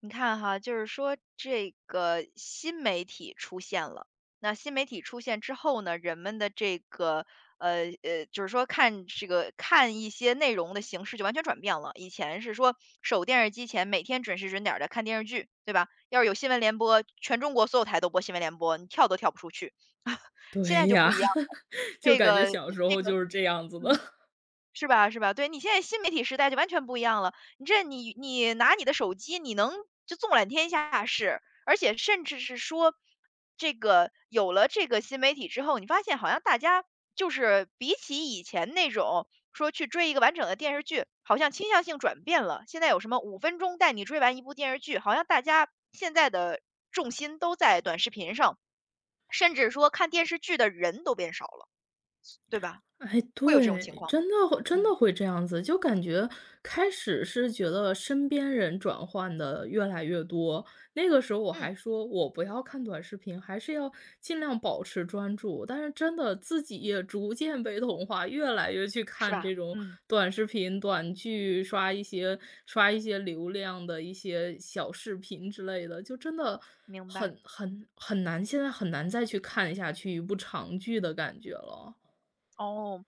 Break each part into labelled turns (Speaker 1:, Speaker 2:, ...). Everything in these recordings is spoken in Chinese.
Speaker 1: 你看哈，就是说这个新媒体出现了，那新媒体出现之后呢，人们的这个就是说看这个看一些内容的形式就完全转变了。以前是说守电视机前，每天准时准点的看电视剧，对吧？要是有新闻联播，全中国所有台都播新闻联播，你跳都跳不出去。现在
Speaker 2: 对
Speaker 1: 就不
Speaker 2: 呀，
Speaker 1: 一样了，
Speaker 2: 就
Speaker 1: 这
Speaker 2: 感觉
Speaker 1: 个
Speaker 2: 小时
Speaker 1: 这
Speaker 2: 候
Speaker 1: 个
Speaker 2: 就是这样子的。
Speaker 1: 嗯是吧，是吧？对，你现在新媒体时代就完全不一样了。你拿你的手机，你能就纵览天下事，而且甚至是说，这个有了这个新媒体之后，你发现好像大家就是比起以前那种说去追一个完整的电视剧，好像倾向性转变了。现在有什么5分钟带你追完一部电视剧，好像大家现在的重心都在短视频上，甚至说看电视剧的人都变少了，对吧？
Speaker 2: 哎，
Speaker 1: 会有这种情
Speaker 2: 对，
Speaker 1: 况吗？
Speaker 2: 真的会真
Speaker 1: 嗯
Speaker 2: 的会这样子，就感觉开始是觉得身边人转换的越来越多，那个时候我
Speaker 1: 嗯。
Speaker 2: 还说我不要看短视频，还是要尽量保持专注，但是真的自己也逐渐被同化，越来越去
Speaker 1: 是
Speaker 2: 看
Speaker 1: 吧？
Speaker 2: 这种
Speaker 1: 嗯，
Speaker 2: 短视频、短剧，刷一些流量的一些小视频之类的，就真的
Speaker 1: 明白。
Speaker 2: 很难，现在很难再去看下去一部长剧的感觉了。
Speaker 1: 哦，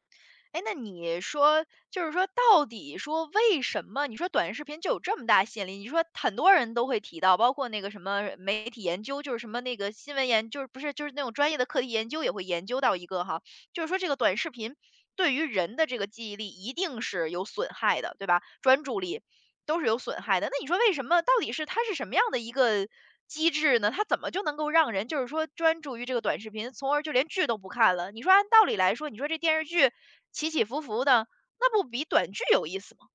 Speaker 1: 哎，那你说，就是说，到底说为什么？你说短视频就有这么大吸引力？你说很多人都会提到，包括那个什么媒体研究，就是什么那个新闻研，就是不是就是那种专业的课题研究也会研究到一个哈，就是说这个短视频对于人的这个记忆力一定是有损害的，对吧？专注力，都是有损害的。那你说为什么？到底是它是什么样的一个机制呢？它怎么就能够让人就是说专注于这个短视频，从而就连剧都不看了？你说按道理来说，你说这电视剧起起伏伏的，那不比短剧有意思吗？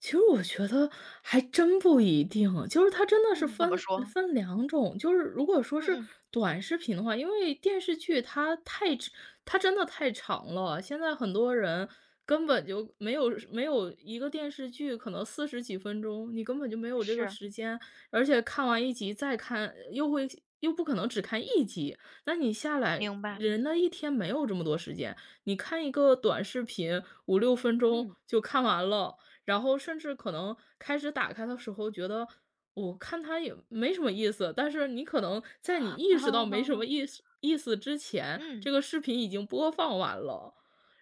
Speaker 2: 其实我觉得还真不一定，就是它真的是
Speaker 1: 嗯。怎么
Speaker 2: 分
Speaker 1: 说？
Speaker 2: 分两种，就是如果说
Speaker 1: 嗯
Speaker 2: 是
Speaker 1: 嗯，
Speaker 2: 短视频的话，因为电视剧它真的太长了，现在很多人根本就没有一个电视剧可能四十几分钟，你根本就没有这个
Speaker 1: 是，
Speaker 2: 时间，而且看完一集再看，又不可能只看一集，那你下来
Speaker 1: 明白。
Speaker 2: 人的一天没有这么多时间，你看一个短视频五六分钟
Speaker 1: 嗯。
Speaker 2: 就看完了。然后甚至可能开始打开的时候觉得，我看它也没什么意思，但是你可能在你意识到没什么 意思之前，
Speaker 1: 嗯，
Speaker 2: 这个视频已经播放完了。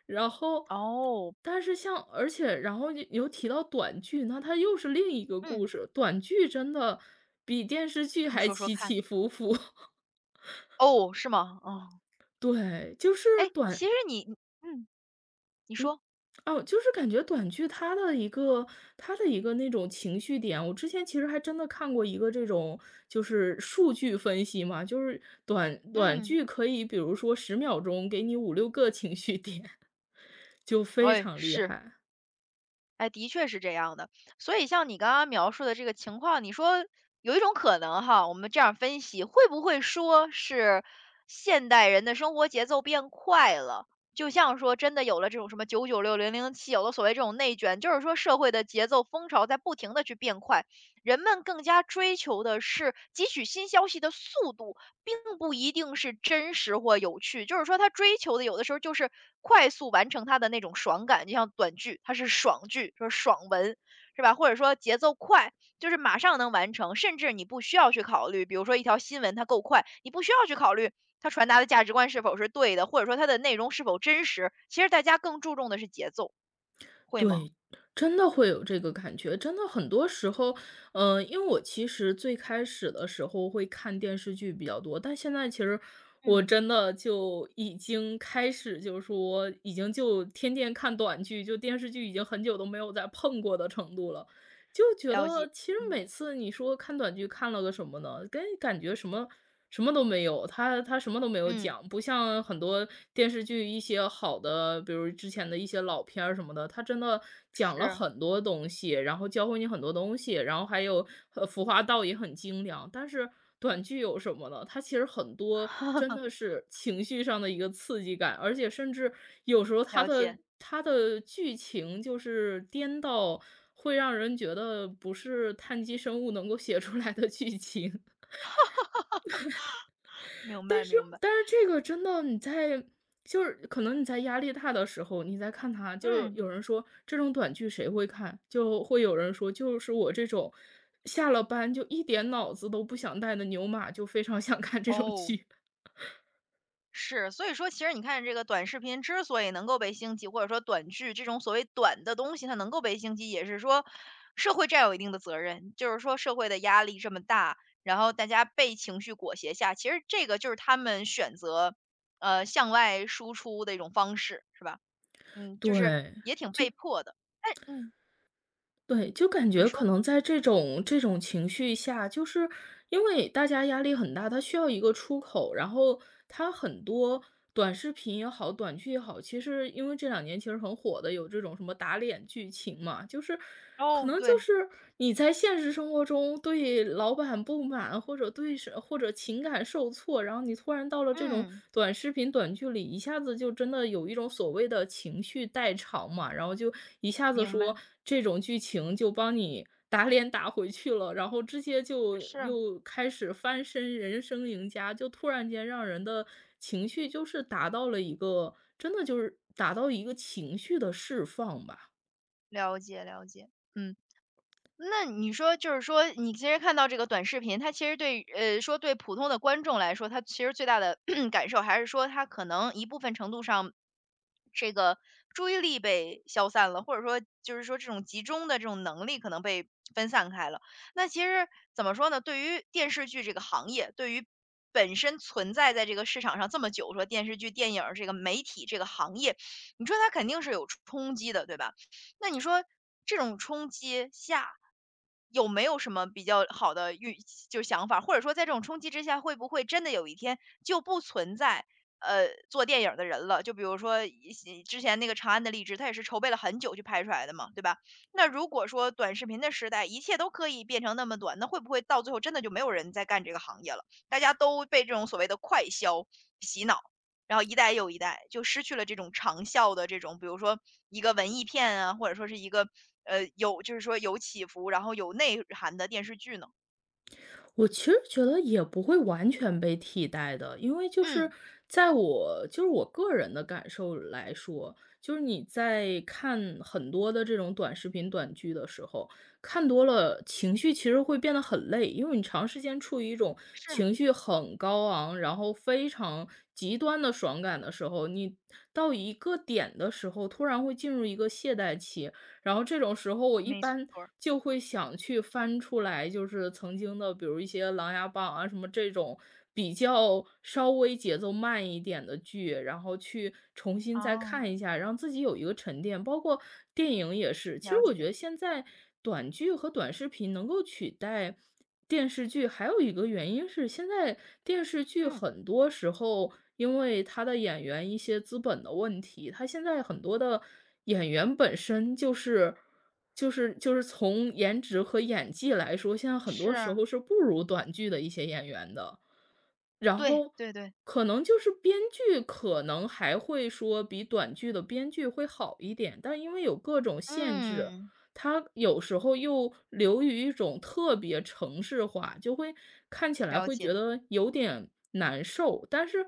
Speaker 2: 然后，
Speaker 1: 哦，
Speaker 2: 但是像而且然后又提到短剧，那它又是另一个
Speaker 1: 嗯，
Speaker 2: 故事。短剧真的比电视剧
Speaker 1: 你
Speaker 2: 还
Speaker 1: 说说
Speaker 2: 起
Speaker 1: 看。
Speaker 2: 起伏伏，
Speaker 1: 哦，是吗？哦，
Speaker 2: 对，就是
Speaker 1: 哎，其
Speaker 2: 短
Speaker 1: 实嗯，你
Speaker 2: 嗯，
Speaker 1: 说，
Speaker 2: 哦，就是感觉短剧它的一个它的一个那种情绪点，我之前其实还真的看过一个这种就是数据分析嘛，就是短
Speaker 1: 嗯，
Speaker 2: 剧可以比如说十秒钟给你五六个情绪点，就非
Speaker 1: 哎，
Speaker 2: 常厉
Speaker 1: 是。
Speaker 2: 害。
Speaker 1: 哎，的确是这样的。所以像你刚刚描述的这个情况，你说有一种可能哈，我们这样分析，会不会说是现代人的生活节奏变快了？就像说真的有了这种什么996007，有了所谓这种内卷，就是说社会的节奏风潮在不停的去变快，人们更加追求的是汲取新消息的速度，并不一定是真实或有趣，就是说他追求的有的时候就是快速完成他的那种爽感，就像短剧，它是爽剧，说爽文，是吧？或者说节奏快，就是马上能完成，甚至你不需要去考虑，比如说一条新闻它够快，你不需要去考虑它传达的价值观是否是对的，或者说它的内容是否真实。其实大家更注重的是节奏，会吗？
Speaker 2: 对，真的会有这个感觉。真的很多时候，嗯，因为我其实最开始的时候会看电视剧比较多，但现在其实我
Speaker 1: 嗯，
Speaker 2: 真的就已经开始，就是说已经就天天看短剧，就电视剧已经很久都没有再碰过的程度了。就觉
Speaker 1: 了解，
Speaker 2: 得其实每次你说看短剧看了个什么呢？跟感觉什么什么都没有，他什么都没有
Speaker 1: 嗯嗯，
Speaker 2: 讲，不像很多电视剧一些好的，比如之前的一些老片儿什么的，他真的讲了
Speaker 1: 是
Speaker 2: 很多东西，然后教会你很多东西，然后还有服化道也很精良。但是短剧有什么呢？它其实很多真 的是情绪上的一个刺激感，而且甚至有时候它
Speaker 1: 了
Speaker 2: 的
Speaker 1: 解，
Speaker 2: 它的剧情就是颠到。会让人觉得不是碳基生物能够写出来的剧情。
Speaker 1: 明
Speaker 2: 但
Speaker 1: 白
Speaker 2: 是
Speaker 1: 明白，
Speaker 2: 但是这个真的你在就是可能你在压力大的时候，你在看它，就是
Speaker 1: 嗯，
Speaker 2: 有人说这种短剧谁会看？就会有人说就是我这种下了班就一点脑子都不想带的牛马，就非常想看这种
Speaker 1: 哦。
Speaker 2: 剧。
Speaker 1: 是，所以说其实你看这个短视频之所以能够被兴起，或者说短剧这种所谓短的东西，它能够被兴起，也是说社会占有一定的责任，就是说社会的压力这么大，然后大家被情绪裹挟下，其实这个就是他们选择向外输出的一种方式，是吧？嗯，就是
Speaker 2: 对。
Speaker 1: 也挺被迫的。哎，嗯，
Speaker 2: 对，就感
Speaker 1: 你
Speaker 2: 觉可
Speaker 1: 说，
Speaker 2: 能在这种情绪下，就是因为大家压力很大，他需要一个出口，然后他很多短视频也好，短剧也好，其实因为这两年其实很火的，有这种什么打脸剧情嘛，就是。可
Speaker 1: 哦，
Speaker 2: 能就
Speaker 1: 对，
Speaker 2: 是你在现实生活中对老板不满，或者或者情感受挫，然后你突然到了这种
Speaker 1: 嗯，
Speaker 2: 短视频、短剧里，一下子就真的有一种所谓的情绪代偿嘛，然后就一下子
Speaker 1: 明
Speaker 2: 说
Speaker 1: 白，
Speaker 2: 这种剧情就帮你打脸打回去了，然后直接就
Speaker 1: 是
Speaker 2: 又开始翻身，人生赢家，就突然间让人的情绪就是达到了一个真的就是达到一个情绪的释放吧。
Speaker 1: 了解了解，嗯。那你说就是说，你其实看到这个短视频，它其实对说对普通的观众来说，它其实最大的 感受还是说，它可能一部分程度上，这个注意力被消散了，或者说就是说这种集中的这种能力可能被分散开了。那其实怎么说呢？对于电视剧这个行业，对于本身存在在这个市场上这么久，说电视剧、电影儿这个媒体这个行业，你说它肯定是有冲击的，对吧？那你说这种冲击下，有没有什么比较好的想法？或者说在这种冲击之下，会不会真的有一天就不存在，做电影儿的人了？就比如说一些之前那个《长安的荔枝》，它也是筹备了很久去拍出来的嘛，对吧？那如果说短视频的时代，一切都可以变成那么短，那会不会到最后真的就没有人在干这个行业了？大家都被这种所谓的快消洗脑？然后一代又一代，就失去了这种长效的这种，比如说一个文艺片啊，或者说是一个有就是说有起伏，然后有内涵的电视剧呢。
Speaker 2: 我其实觉得也不会完全被替代的，因为就是
Speaker 1: 嗯，
Speaker 2: 在我就是我个人的感受来说，就是你在看很多的这种短视频、短剧的时候，看多了情绪其实会变得很累，因为你长时间处于一种
Speaker 1: 是，
Speaker 2: 情绪很高昂，然后非常极端的爽感的时候，你到一个点的时候，突然会进入一个懈怠期，然后这种时候我一
Speaker 1: 没错
Speaker 2: 般
Speaker 1: 儿。
Speaker 2: 就会想去翻出来，就是曾经的，比如一些《琅琊榜》啊什么这种比较稍微节奏慢一点的剧，然后去重新再
Speaker 1: 哦，
Speaker 2: 看一下，让自己有一个沉淀。包括电影也是，其实
Speaker 1: 了
Speaker 2: 我觉
Speaker 1: 解。
Speaker 2: 得现在短剧和短视频能够取代。电视剧还有一个原因是，现在电视剧
Speaker 1: 嗯
Speaker 2: 很多时候因为他的演员一些资本的问题，他现在很多的演员本身就是从颜值和演技来说，现在很多时
Speaker 1: 是，
Speaker 2: 候是不如短剧的一些演员的。然
Speaker 1: 对
Speaker 2: 后
Speaker 1: 对对，
Speaker 2: 可能就是编剧可能还会说比短剧的编剧会好一点，但因为有各种限制，
Speaker 1: 嗯，
Speaker 2: 它有时候又流于一种特别程式化，就会看起来
Speaker 1: 了
Speaker 2: 会
Speaker 1: 解，
Speaker 2: 觉得有点难受。但是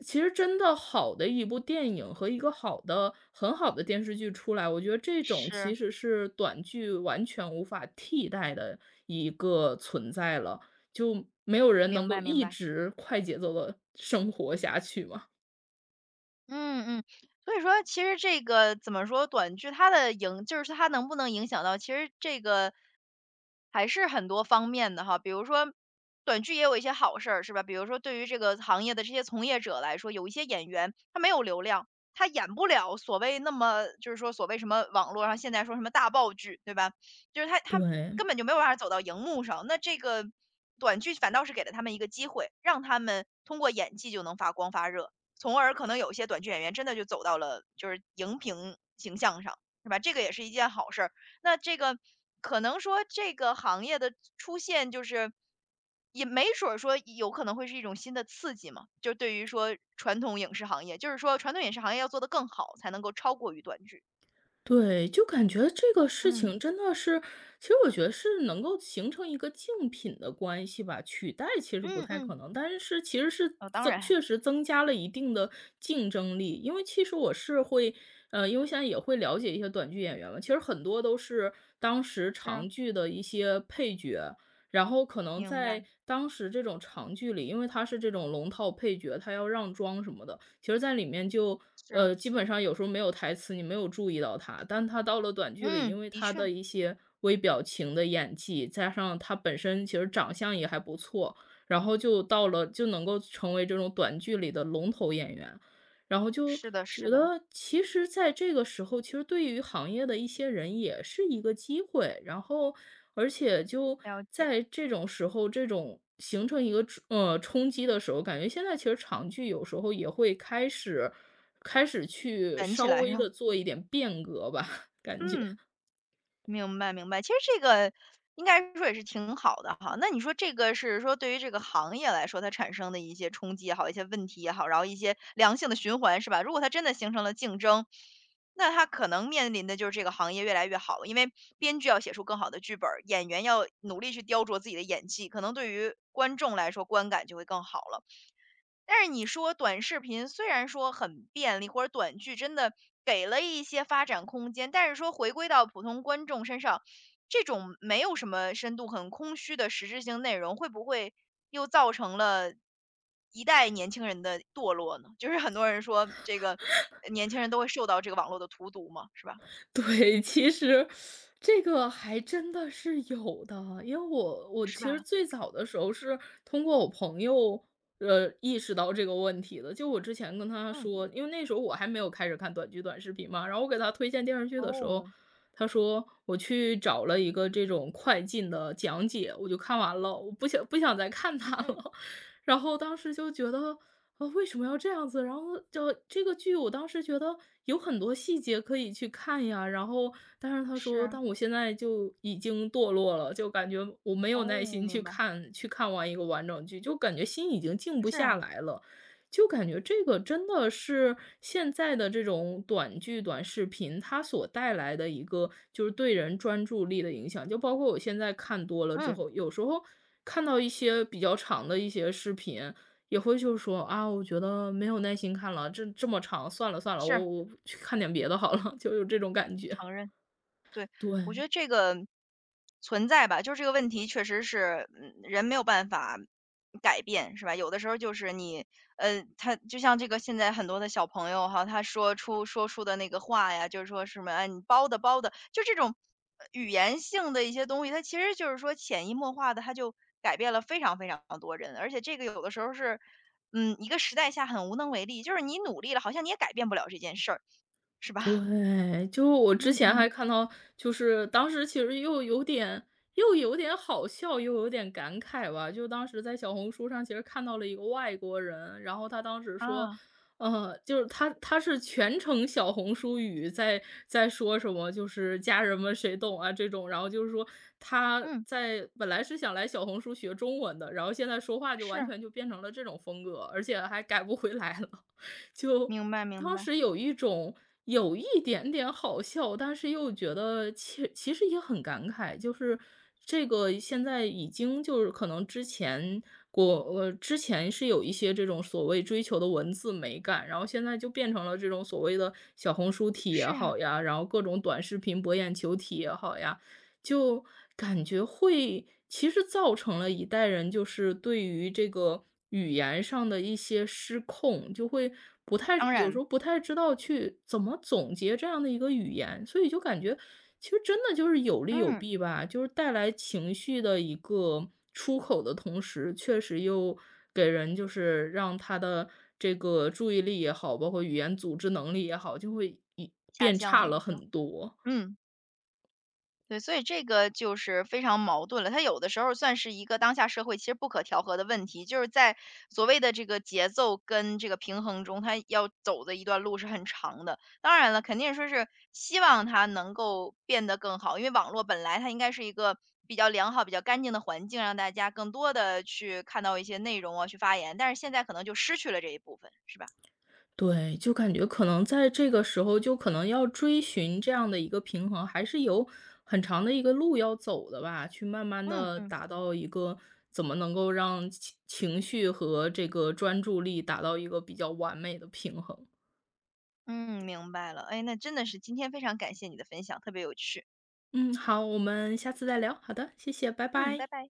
Speaker 2: 其实真的好的一部电影和一个好的很好的电视剧出来，我觉得这种其
Speaker 1: 是，
Speaker 2: 实是短剧完全无法替代的一个存在了。就没有人能
Speaker 1: 明白
Speaker 2: 够
Speaker 1: 明
Speaker 2: 一
Speaker 1: 白。
Speaker 2: 直快节奏的生活下去嘛。
Speaker 1: 嗯嗯，所以说其实这个怎么说，短剧它的影就是它能不能影响到，其实这个还是很多方面的哈。比如说，短剧也有一些好事儿，是吧？比如说，对于这个行业的这些从业者来说，有一些演员他没有流量，他演不了所谓那么就是说所谓什么网络上现在说什么大爆剧，对吧？就是他
Speaker 2: 对。
Speaker 1: 根本就没有办法走到荧幕上，那这个短剧反倒是给了他们一个机会，让他们通过演技就能发光发热。从而可能有一些短剧演员真的就走到了就是荧屏形象上，是吧？这个也是一件好事儿。那这个可能说这个行业的出现，就是也没准儿说有可能会是一种新的刺激嘛，就对于说传统影视行业，就是说传统影视行业要做得更好，才能够超过于短剧。
Speaker 2: 对，就感觉这个事情
Speaker 1: 嗯
Speaker 2: 真的是其实我觉得是能够形成一个竞品的关系吧，取代其实不
Speaker 1: 嗯
Speaker 2: 太
Speaker 1: 嗯，
Speaker 2: 可能，但是其实是
Speaker 1: 哦，当
Speaker 2: 增
Speaker 1: 然
Speaker 2: 确实增加了一定的竞争力。因为其实我是会因为现在也会了解一些短剧演员嘛，其实很多都是当时
Speaker 1: 是啊
Speaker 2: 长剧的一些配角，然后可能
Speaker 1: 明
Speaker 2: 在
Speaker 1: 白，
Speaker 2: 当时这种长剧里，因为他是这种龙套配角，他要让妆什么的，其实在里面就
Speaker 1: 是啊，
Speaker 2: 基本上有时候没有台词，你没有注意到他，但他到了短剧里，
Speaker 1: 嗯，
Speaker 2: 因为
Speaker 1: 的
Speaker 2: 他的
Speaker 1: 确
Speaker 2: 一些微表情的演技，加上他本身其实长相也还不错，然后就到了就能够成为这种短剧里的龙头演员。然后就
Speaker 1: 是的，是
Speaker 2: 觉
Speaker 1: 的，
Speaker 2: 得其实在这个时候，其实对于行业的一些人也是一个机会。然后，而且就
Speaker 1: 了解。
Speaker 2: 在这种时候，这种形成一个冲击的时候，感觉现在其实长剧有时候也会开始去
Speaker 1: 卷起
Speaker 2: 稍
Speaker 1: 来是
Speaker 2: 微
Speaker 1: 吧？
Speaker 2: 的做一点变革吧，感觉。
Speaker 1: 嗯。明白明白，其实这个应该说也是挺好的哈。那你说这个是说对于这个行业来说，它产生的一些冲击也好，一些问题也好，然后一些良性的循环是吧？如果它真的形成了竞争，那它可能面临的就是这个行业越来越好，因为编剧要写出更好的剧本儿，演员要努力去雕琢自己的演技，可能对于观众来说观感就会更好了。但是你说短视频虽然说很便利，或者短剧真的给了一些发展空间，但是说回归到普通观众身上，这种没有什么深度、很空虚的实质性内容，会不会又造成了一代年轻人的堕落呢？就是很多人说这个年轻人都会受到这个网络的荼毒嘛，是吧？
Speaker 2: 对，其实这个还真的是有的，因为我
Speaker 1: 是
Speaker 2: 其实
Speaker 1: 吧？
Speaker 2: 最早的时候是通过我朋友，意识到这个问题的。就我之前跟他
Speaker 1: 嗯
Speaker 2: 说，因为那时候我还没有开始看短剧、短视频嘛，然后我给他推荐电视剧的时候，
Speaker 1: 哦，
Speaker 2: 他说我去找了一个这种快进的讲解，我就看完了，我不想再看它
Speaker 1: 嗯，
Speaker 2: 了。然后当时就觉得啊，为什么要这样子？然后就这个剧，我当时觉得有很多细节可以去看呀。然后，但是他说，
Speaker 1: 是
Speaker 2: 但我现在就已经堕落了，就感觉我没有耐
Speaker 1: 哦，
Speaker 2: 心
Speaker 1: 明
Speaker 2: 去
Speaker 1: 白，
Speaker 2: 看，去看完一个完整剧，就感觉心已经静不
Speaker 1: 是
Speaker 2: 下
Speaker 1: 啊，
Speaker 2: 来了。就感觉这个真的是现在的这种短剧、短视频，它所带来的一个就是对人专注力的影响。就包括我现在看多了之
Speaker 1: 嗯，
Speaker 2: 后，有时候看到一些比较长的一些视频，也会就是说：“啊，我觉得没有耐心看了，这么长，算了算了，我
Speaker 1: 是
Speaker 2: 我去看点别的好了。”就有这种感觉，
Speaker 1: 承认。对，我觉
Speaker 2: 对。
Speaker 1: 得这个存在吧，就是这个问题确实是，嗯，人没有办法改变，是吧？有的时候就是你，他就像这个现在很多的小朋友哈，他说出的那个话呀，就是说什么，哎，你包的包的，就这种语言性的一些东西，它其实就是说潜移默化的，它就改变了非常非常多人，而且这个有的时候是，嗯，一个时代下很无能为力，就是你努力了，好像你也改变不了这件事儿，是吧？
Speaker 2: 对，就我之
Speaker 1: 嗯
Speaker 2: 前
Speaker 1: 嗯
Speaker 2: 还看到，就是当时其实又有点好笑，又有点感慨吧。就当时在小红书上，其实看到了一个外国人，然后他当时说，
Speaker 1: 啊。
Speaker 2: 就是他是全程小红书语在说什么，就是家人们谁懂啊这种，然后就是说他
Speaker 1: 嗯。
Speaker 2: 在本来是想来小红书学中文的，然后现在说话就完
Speaker 1: 是，
Speaker 2: 全就变成了这种风格，而且还改不回来了。就
Speaker 1: 明白明
Speaker 2: 当
Speaker 1: 白，
Speaker 2: 时有一种有一点点好笑，但是又觉得其实也很感慨，就是这个现在已经就是可能之前国之前是有一些这种所谓追求的文字美感，然后现在就变成了这种所谓的小红书体也
Speaker 1: 是呀，
Speaker 2: 好呀，然后各种短视频博眼球体也好呀，就感觉会其实造成了一代人就是对于这个语言上的一些失控，就会不太
Speaker 1: 当
Speaker 2: 有时
Speaker 1: 然，
Speaker 2: 候不太知道去怎么总结这样的一个语言，所以就感觉其实真的就是有利有
Speaker 1: 嗯，
Speaker 2: 弊吧，就是带来情绪的一个出口的同时，确实又给人就是让他的这个注意力也好，包括语言组织能力也好，就会
Speaker 1: 下
Speaker 2: 变
Speaker 1: 降
Speaker 2: 差了
Speaker 1: 了是吧？
Speaker 2: 很多。
Speaker 1: 嗯，对，所以这个就是非常矛盾了。它有的时候算是一个当下社会其实不可调和的问题，就是在所谓的这个节奏跟这个平衡中，它要走的一段路是很长的。当然了，肯定说是希望它能够变得更好，因为网络本来它应该是一个比较良好、比较干净的环境，让大家更多的去看到一些内容啊，去发言。但是现在可能就失去了这一部分，是吧？
Speaker 2: 对，就感觉可能在这个时候，就可能要追寻这样的一个平衡，还是有很长的一个路要走的吧，去慢慢
Speaker 1: 嗯
Speaker 2: 的
Speaker 1: 嗯。
Speaker 2: 达到一个怎么能够让情绪和这个专注力达到一个比较完美的平衡。
Speaker 1: 嗯，明白了。哎，那真的是今天非常感谢你的分享，特别有趣。
Speaker 2: 嗯，好，我们下次再聊。好的，谢谢，拜
Speaker 1: 嗯，拜
Speaker 2: 拜。
Speaker 1: 拜。